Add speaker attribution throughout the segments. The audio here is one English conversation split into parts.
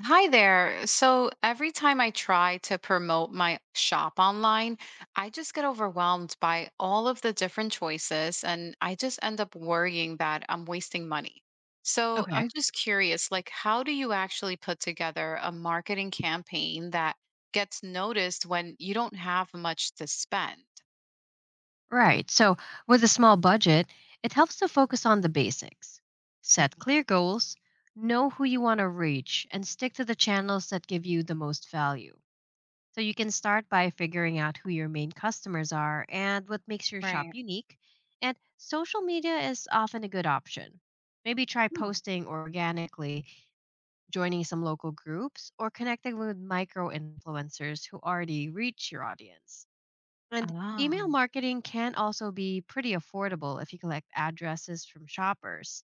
Speaker 1: Hi there. So every time I try to promote my shop online, I just get overwhelmed by all of the different choices and I just end up worrying that I'm wasting money. So I'm
Speaker 2: Okay.
Speaker 1: just curious, like how do you actually put together a marketing campaign that gets noticed when you don't have much to spend?
Speaker 2: Right. So, with a small budget, it helps to focus on the basics. Set
Speaker 1: Mhm.
Speaker 2: clear goals, know who you want to reach, and stick to the channels that give you the most value. So, you can start by figuring out who your main customers are and what makes your shop
Speaker 1: Right.
Speaker 2: unique. And social media is often a good option. Maybe try
Speaker 1: Hmm.
Speaker 2: posting organically, joining some local groups, or connecting with micro influencers who already reach your audience. And
Speaker 1: Ah.
Speaker 2: email marketing can also be pretty affordable if you collect addresses from shoppers.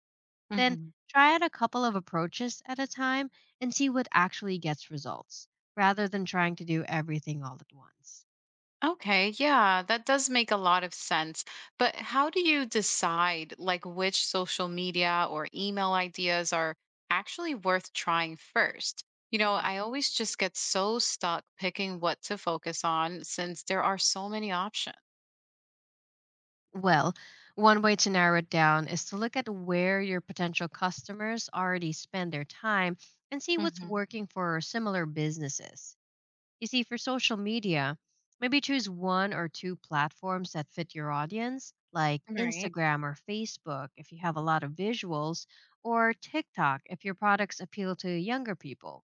Speaker 2: Then
Speaker 1: Mhm.
Speaker 2: try out a couple of approaches at a time and see what actually gets results, rather than trying to do everything all at once.
Speaker 1: Okay, yeah, that does make a lot of sense. But how do you decide like which social media or email ideas are actually worth trying first?
Speaker 2: Mhm.
Speaker 1: I always just get so stuck picking what to focus on since there are so many options.
Speaker 2: Well, one way to narrow it down is to look at where your potential customers already spend their time and see what's
Speaker 1: Hmm.
Speaker 2: working for similar businesses. You see, for social media, maybe choose one or two platforms that fit your audience, like
Speaker 1: Right.
Speaker 2: Instagram or Facebook if you have a lot of visuals, or TikTok if your products appeal to younger people.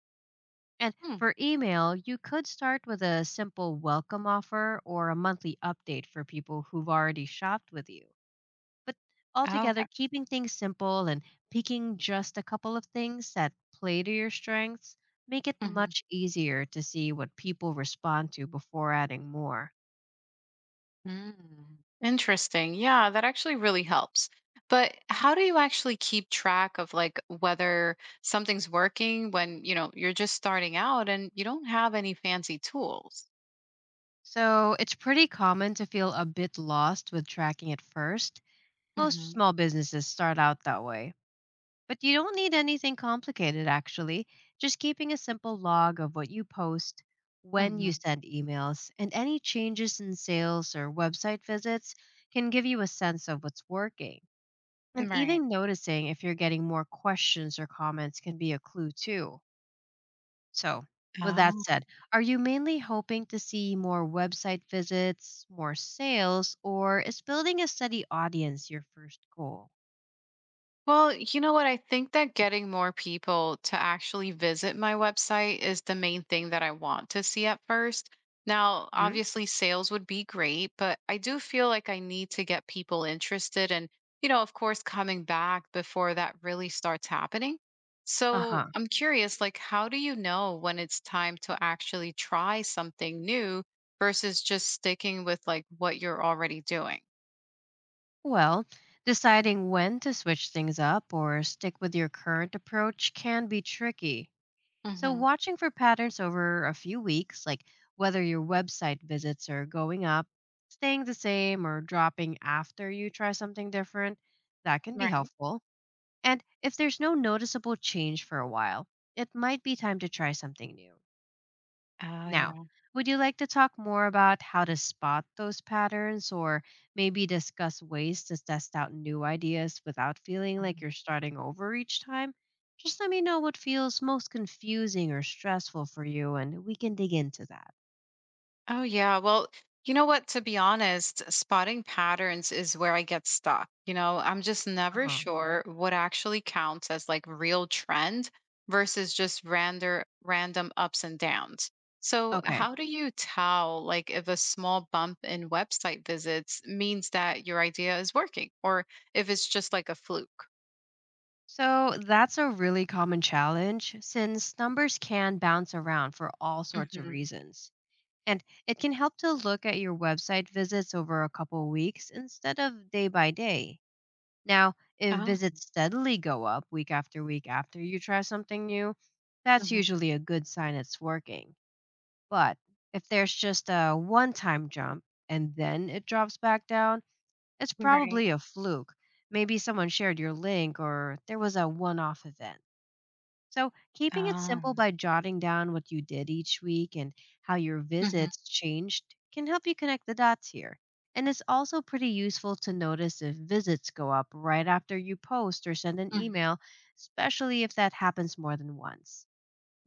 Speaker 2: And
Speaker 1: Hmm.
Speaker 2: for email, you could start with a simple welcome offer or a monthly update for people who've already shopped with you. But altogether,
Speaker 1: Okay.
Speaker 2: keeping things simple and picking just a couple of things that play to your strengths make it
Speaker 1: Mm-hmm.
Speaker 2: much easier to see what people respond to before adding more.
Speaker 1: Mm, interesting. Yeah, that actually really helps. But how do you actually keep track of like whether something's working when, you're just starting out and you don't have any fancy tools?
Speaker 2: So it's pretty common to feel a bit lost with tracking at first. Most
Speaker 1: Hmm,
Speaker 2: small businesses start out that way. But you don't need anything complicated, actually. Just keeping a simple log of what you post, when
Speaker 1: hmm.
Speaker 2: you send emails, and any changes in sales or website visits can give you a sense of what's working. And
Speaker 1: Right.
Speaker 2: even noticing if you're getting more questions or comments can be a clue, too. So, with that said, are you mainly hoping to see more website visits, more sales, or is building a steady audience your first goal?
Speaker 1: Well, you know what? I think that getting more people to actually visit my website is the main thing that I want to see at first. Now, obviously, sales would be great, but I do feel like I need to get people interested and, of course, coming back before that really starts happening.
Speaker 2: Uh
Speaker 1: So
Speaker 2: huh.
Speaker 1: I'm curious, like, how do you know when it's time to actually try something new versus just sticking with like what you're already doing?
Speaker 2: Well, deciding when to switch things up or stick with your current approach can be tricky. So,
Speaker 1: Hmm.
Speaker 2: watching for patterns over a few weeks, like whether your website visits are going up, staying the same, or dropping after you try something different, that can be
Speaker 1: Right.
Speaker 2: helpful. And if there's no noticeable change for a while, it might be time to try something new.
Speaker 1: Oh,
Speaker 2: Now,
Speaker 1: yeah.
Speaker 2: would you like to talk more about how to spot those patterns or maybe discuss ways to test out new ideas without feeling like you're starting over each time? Just let me know what feels most confusing or stressful for you, and we can dig into that.
Speaker 1: Oh, yeah. Well, you know what? To be honest, spotting patterns is where I get stuck. I'm just
Speaker 2: Uh
Speaker 1: never
Speaker 2: huh.
Speaker 1: sure what actually counts as like real trend versus just random ups and downs. So,
Speaker 2: Okay.
Speaker 1: how do you tell like if a small bump in website visits means that your idea is working or if it's just like a fluke?
Speaker 2: So that's a really common challenge since numbers can bounce around for all sorts of
Speaker 1: Hmm.
Speaker 2: reasons. And it can help to look at your website visits over a couple weeks instead of day by day. Now, if
Speaker 1: Oh,
Speaker 2: visits steadily go up week after week after you try something new, that's
Speaker 1: hmm.
Speaker 2: usually a good sign it's working. But if there's just a one time jump and then it drops back down, it's
Speaker 1: Right.
Speaker 2: probably a fluke. Maybe someone shared your link or there was a one off event. So, keeping it simple
Speaker 1: Um,
Speaker 2: by jotting down what you did each week and how your
Speaker 1: hmm,
Speaker 2: visits changed can help you connect the dots here. And it's also pretty useful to notice if visits go up right after you post or send an
Speaker 1: hmm.
Speaker 2: email, especially if that happens more than once.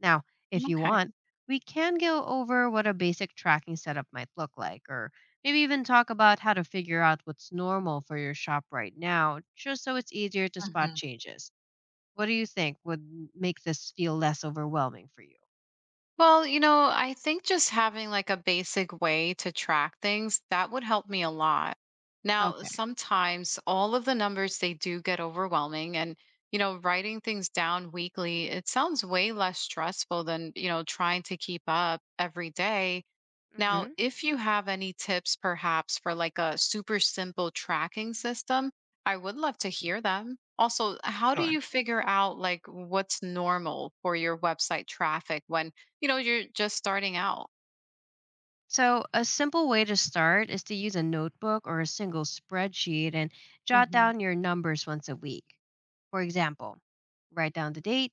Speaker 2: Now, if you
Speaker 1: Okay.
Speaker 2: want, we can go over what a basic tracking setup might look like, or maybe even talk about how to figure out what's normal for your shop right now, just so it's easier to spot changes. What do you think would make this feel less overwhelming for you?
Speaker 1: Well, I think just having like a basic way to track things, that would help me a lot. Now,
Speaker 2: Okay.
Speaker 1: sometimes all of the numbers they do get overwhelming and writing things down weekly, it sounds way less stressful than, trying to keep up every day. Now,
Speaker 2: Hmm.
Speaker 1: if you have any tips perhaps for like a super simple tracking system, I would love to hear them. Also, how do
Speaker 2: Sure.
Speaker 1: you figure out like what's normal for your website traffic when, you're just starting out?
Speaker 2: So, a simple way to start is to use a notebook or a single spreadsheet and jot
Speaker 1: Hmm.
Speaker 2: down your numbers once a week. For example, write down the date,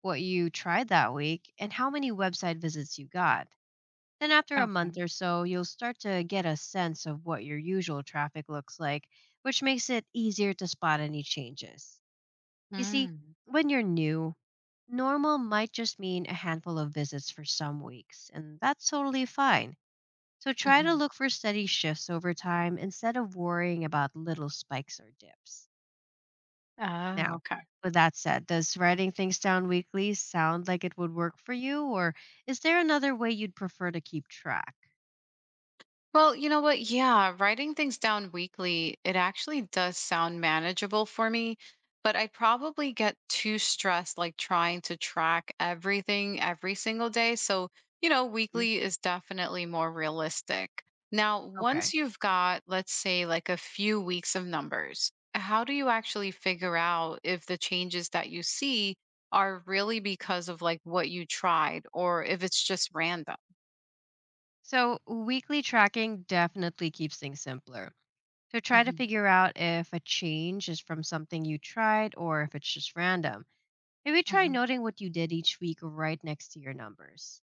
Speaker 2: what you tried that week, and how many website visits you got. Then, after a month
Speaker 1: Okay.
Speaker 2: or so, you'll start to get a sense of what your usual traffic looks like, which makes it easier to spot any changes. You see,
Speaker 1: Mm.
Speaker 2: when you're new, normal might just mean a handful of visits for some weeks, and that's totally fine. So try to
Speaker 1: Hmm.
Speaker 2: look for steady shifts over time instead of worrying about little spikes or dips.
Speaker 1: Oh,
Speaker 2: Now,
Speaker 1: okay.
Speaker 2: with that said, does writing things down weekly sound like it would work for you, or is there another way you'd prefer to keep track?
Speaker 1: Well, you know what? Yeah, writing things down weekly, it actually does sound manageable for me, but I probably get too stressed like trying to track everything every single day. So,
Speaker 2: Mm.
Speaker 1: weekly is definitely more realistic. Now, once
Speaker 2: Okay.
Speaker 1: you've got, let's say, like a few weeks of numbers, how do you actually figure out if the changes that you see are really because of like what you tried or if it's just random?
Speaker 2: So, weekly tracking definitely keeps things simpler. So try to
Speaker 1: Mhm,
Speaker 2: figure out if a change is from something you tried or if it's just random. Maybe try
Speaker 1: mhm,
Speaker 2: noting what you did each week right next to your numbers.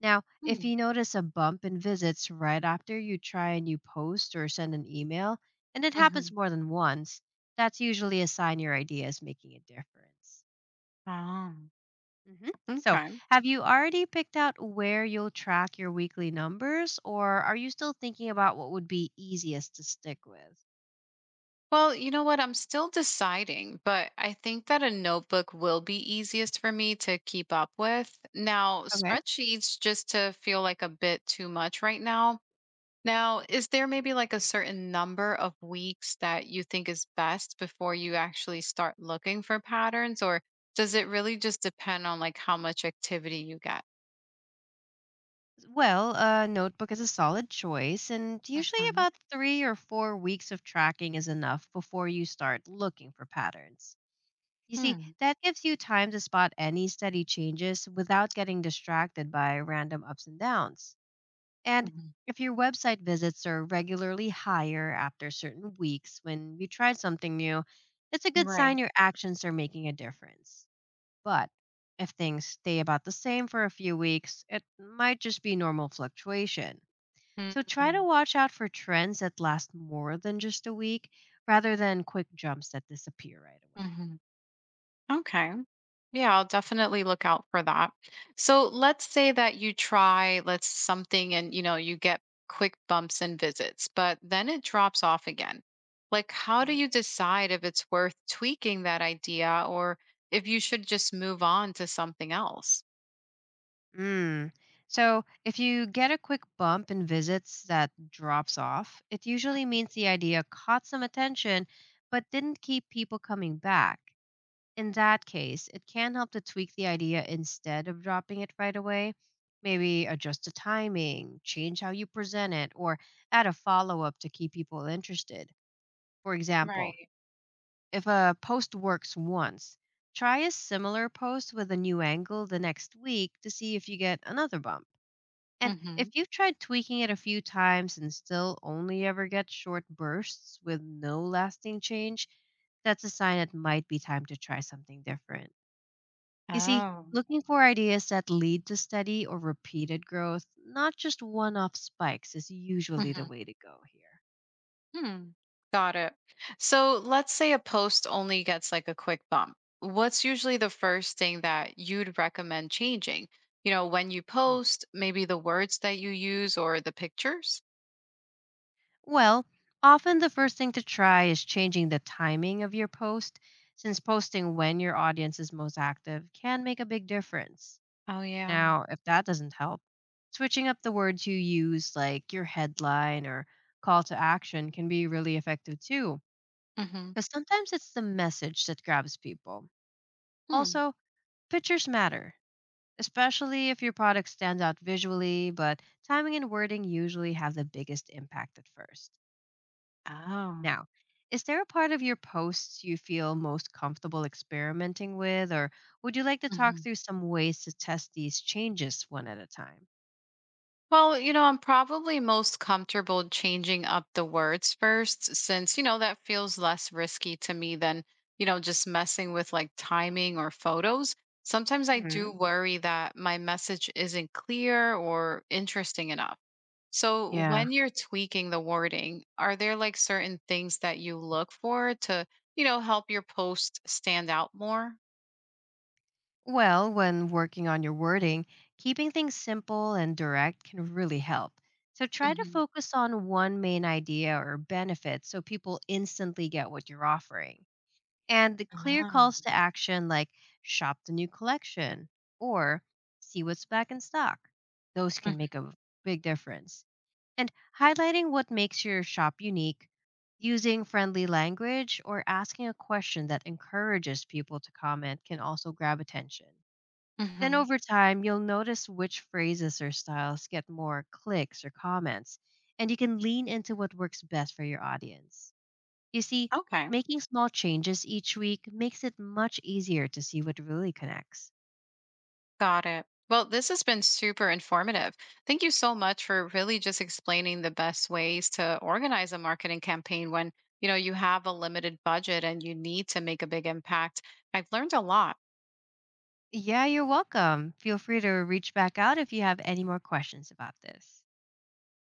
Speaker 2: Now, if
Speaker 1: mm,
Speaker 2: you notice a bump in visits right after you try a new post or send an email, and it happens
Speaker 1: mhm.
Speaker 2: more than once, that's usually a sign your idea is making a difference.
Speaker 1: Oh,
Speaker 2: Hmm. So,
Speaker 1: okay.
Speaker 2: have you already picked out where you'll track your weekly numbers, or are you still thinking about what would be easiest to stick with?
Speaker 1: Well, you know what? I'm still deciding, but I think that a notebook will be easiest for me to keep up with. Now,
Speaker 2: Okay.
Speaker 1: spreadsheets just to feel like a bit too much right now. Now, is there maybe like a certain number of weeks that you think is best before you actually start looking for patterns, or does it really just depend on like how much activity you get?
Speaker 2: Well, a notebook is a solid choice, and usually
Speaker 1: Hmm.
Speaker 2: about 3 or 4 weeks of tracking is enough before you start looking for patterns. You see,
Speaker 1: Mm-hmm.
Speaker 2: that gives you time to spot any steady changes without getting distracted by random ups and downs. And if your website visits are regularly higher after certain weeks when you tried something new, it's a good
Speaker 1: Right.
Speaker 2: sign your actions are making a difference. But if things stay about the same for a few weeks, it might just be normal fluctuation. So try to
Speaker 1: Mm-hmm.
Speaker 2: watch out for trends that last more than just a week rather than quick jumps that disappear right away.
Speaker 1: Okay. Yeah, I'll definitely look out for that. So let's say that you try let's something and you know you get quick bumps and visits, but then it drops off again. Like how do
Speaker 2: Mhm.
Speaker 1: you decide if it's worth tweaking that idea or if you should just move on to something else?
Speaker 2: Mm. So, if you get a quick bump in visits that drops off, it usually means the idea caught some attention but didn't keep people coming back. In that case, it can help to tweak the idea instead of dropping it right away. Maybe adjust the timing, change how you present it, or add a follow up to keep people interested. For example,
Speaker 1: Right.
Speaker 2: if a post works once, try a similar post with a new angle the next week to see if you get another bump. And
Speaker 1: Mhm.
Speaker 2: if you've tried tweaking it a few times and still only ever get short bursts with no lasting change, that's a sign it might be time to try something different. You see,
Speaker 1: Oh.
Speaker 2: looking for ideas that lead to steady or repeated growth, not just one off spikes, is usually the
Speaker 1: Mhm.
Speaker 2: way to go here.
Speaker 1: Hmm. Got it. So let's say a post only gets like a quick bump. What's usually the first thing that you'd recommend changing? When you
Speaker 2: Mm.
Speaker 1: post, maybe the words that you use or the pictures?
Speaker 2: Well, often the first thing to try is changing the timing of your post, since posting when your audience is most active can make a big difference.
Speaker 1: Oh, yeah.
Speaker 2: Now, if that doesn't help, switching up the words you use, like your headline or call to action, can be really effective too,
Speaker 1: Mm-hmm.
Speaker 2: because sometimes it's the message that grabs people.
Speaker 1: Hmm.
Speaker 2: Also, pictures matter, especially if your product stands out visually, but timing and wording usually have the biggest impact at first.
Speaker 1: Oh.
Speaker 2: Now, is there a part of your posts you feel most comfortable experimenting with, or would you like to talk through some ways to test these changes one at a time?
Speaker 1: Well, I'm probably most comfortable changing up the words first since, that feels less risky to me than, just messing with like timing or photos. Sometimes I do
Speaker 2: Hmm.
Speaker 1: worry that my message isn't clear or interesting enough. So
Speaker 2: Yeah.
Speaker 1: when you're tweaking the wording, are there like certain things that you look for to, help your post stand out more?
Speaker 2: Well, when working on your wording, keeping things simple and direct can really help. So try to
Speaker 1: Hmm.
Speaker 2: focus on one main idea or benefit so people instantly get what you're offering. And the clear
Speaker 1: Ah.
Speaker 2: calls to action like shop the new collection or see what's back in stock. Those can make a big difference. And highlighting what makes your shop unique, using friendly language, or asking a question that encourages people to comment can also grab attention. Then
Speaker 1: Hmm.
Speaker 2: over time, you'll notice which phrases or styles get more clicks or comments, and you can lean into what works best for your audience. You see,
Speaker 1: Okay.
Speaker 2: making small changes each week makes it much easier to see what really connects.
Speaker 1: Got it. Well, this has been super informative. Thank you so much for really just explaining the best ways to organize a marketing campaign when, you have a limited budget and you need to make a big impact. I've learned a lot.
Speaker 2: Yeah, you're welcome. Feel free to reach back out if you have any more questions about this.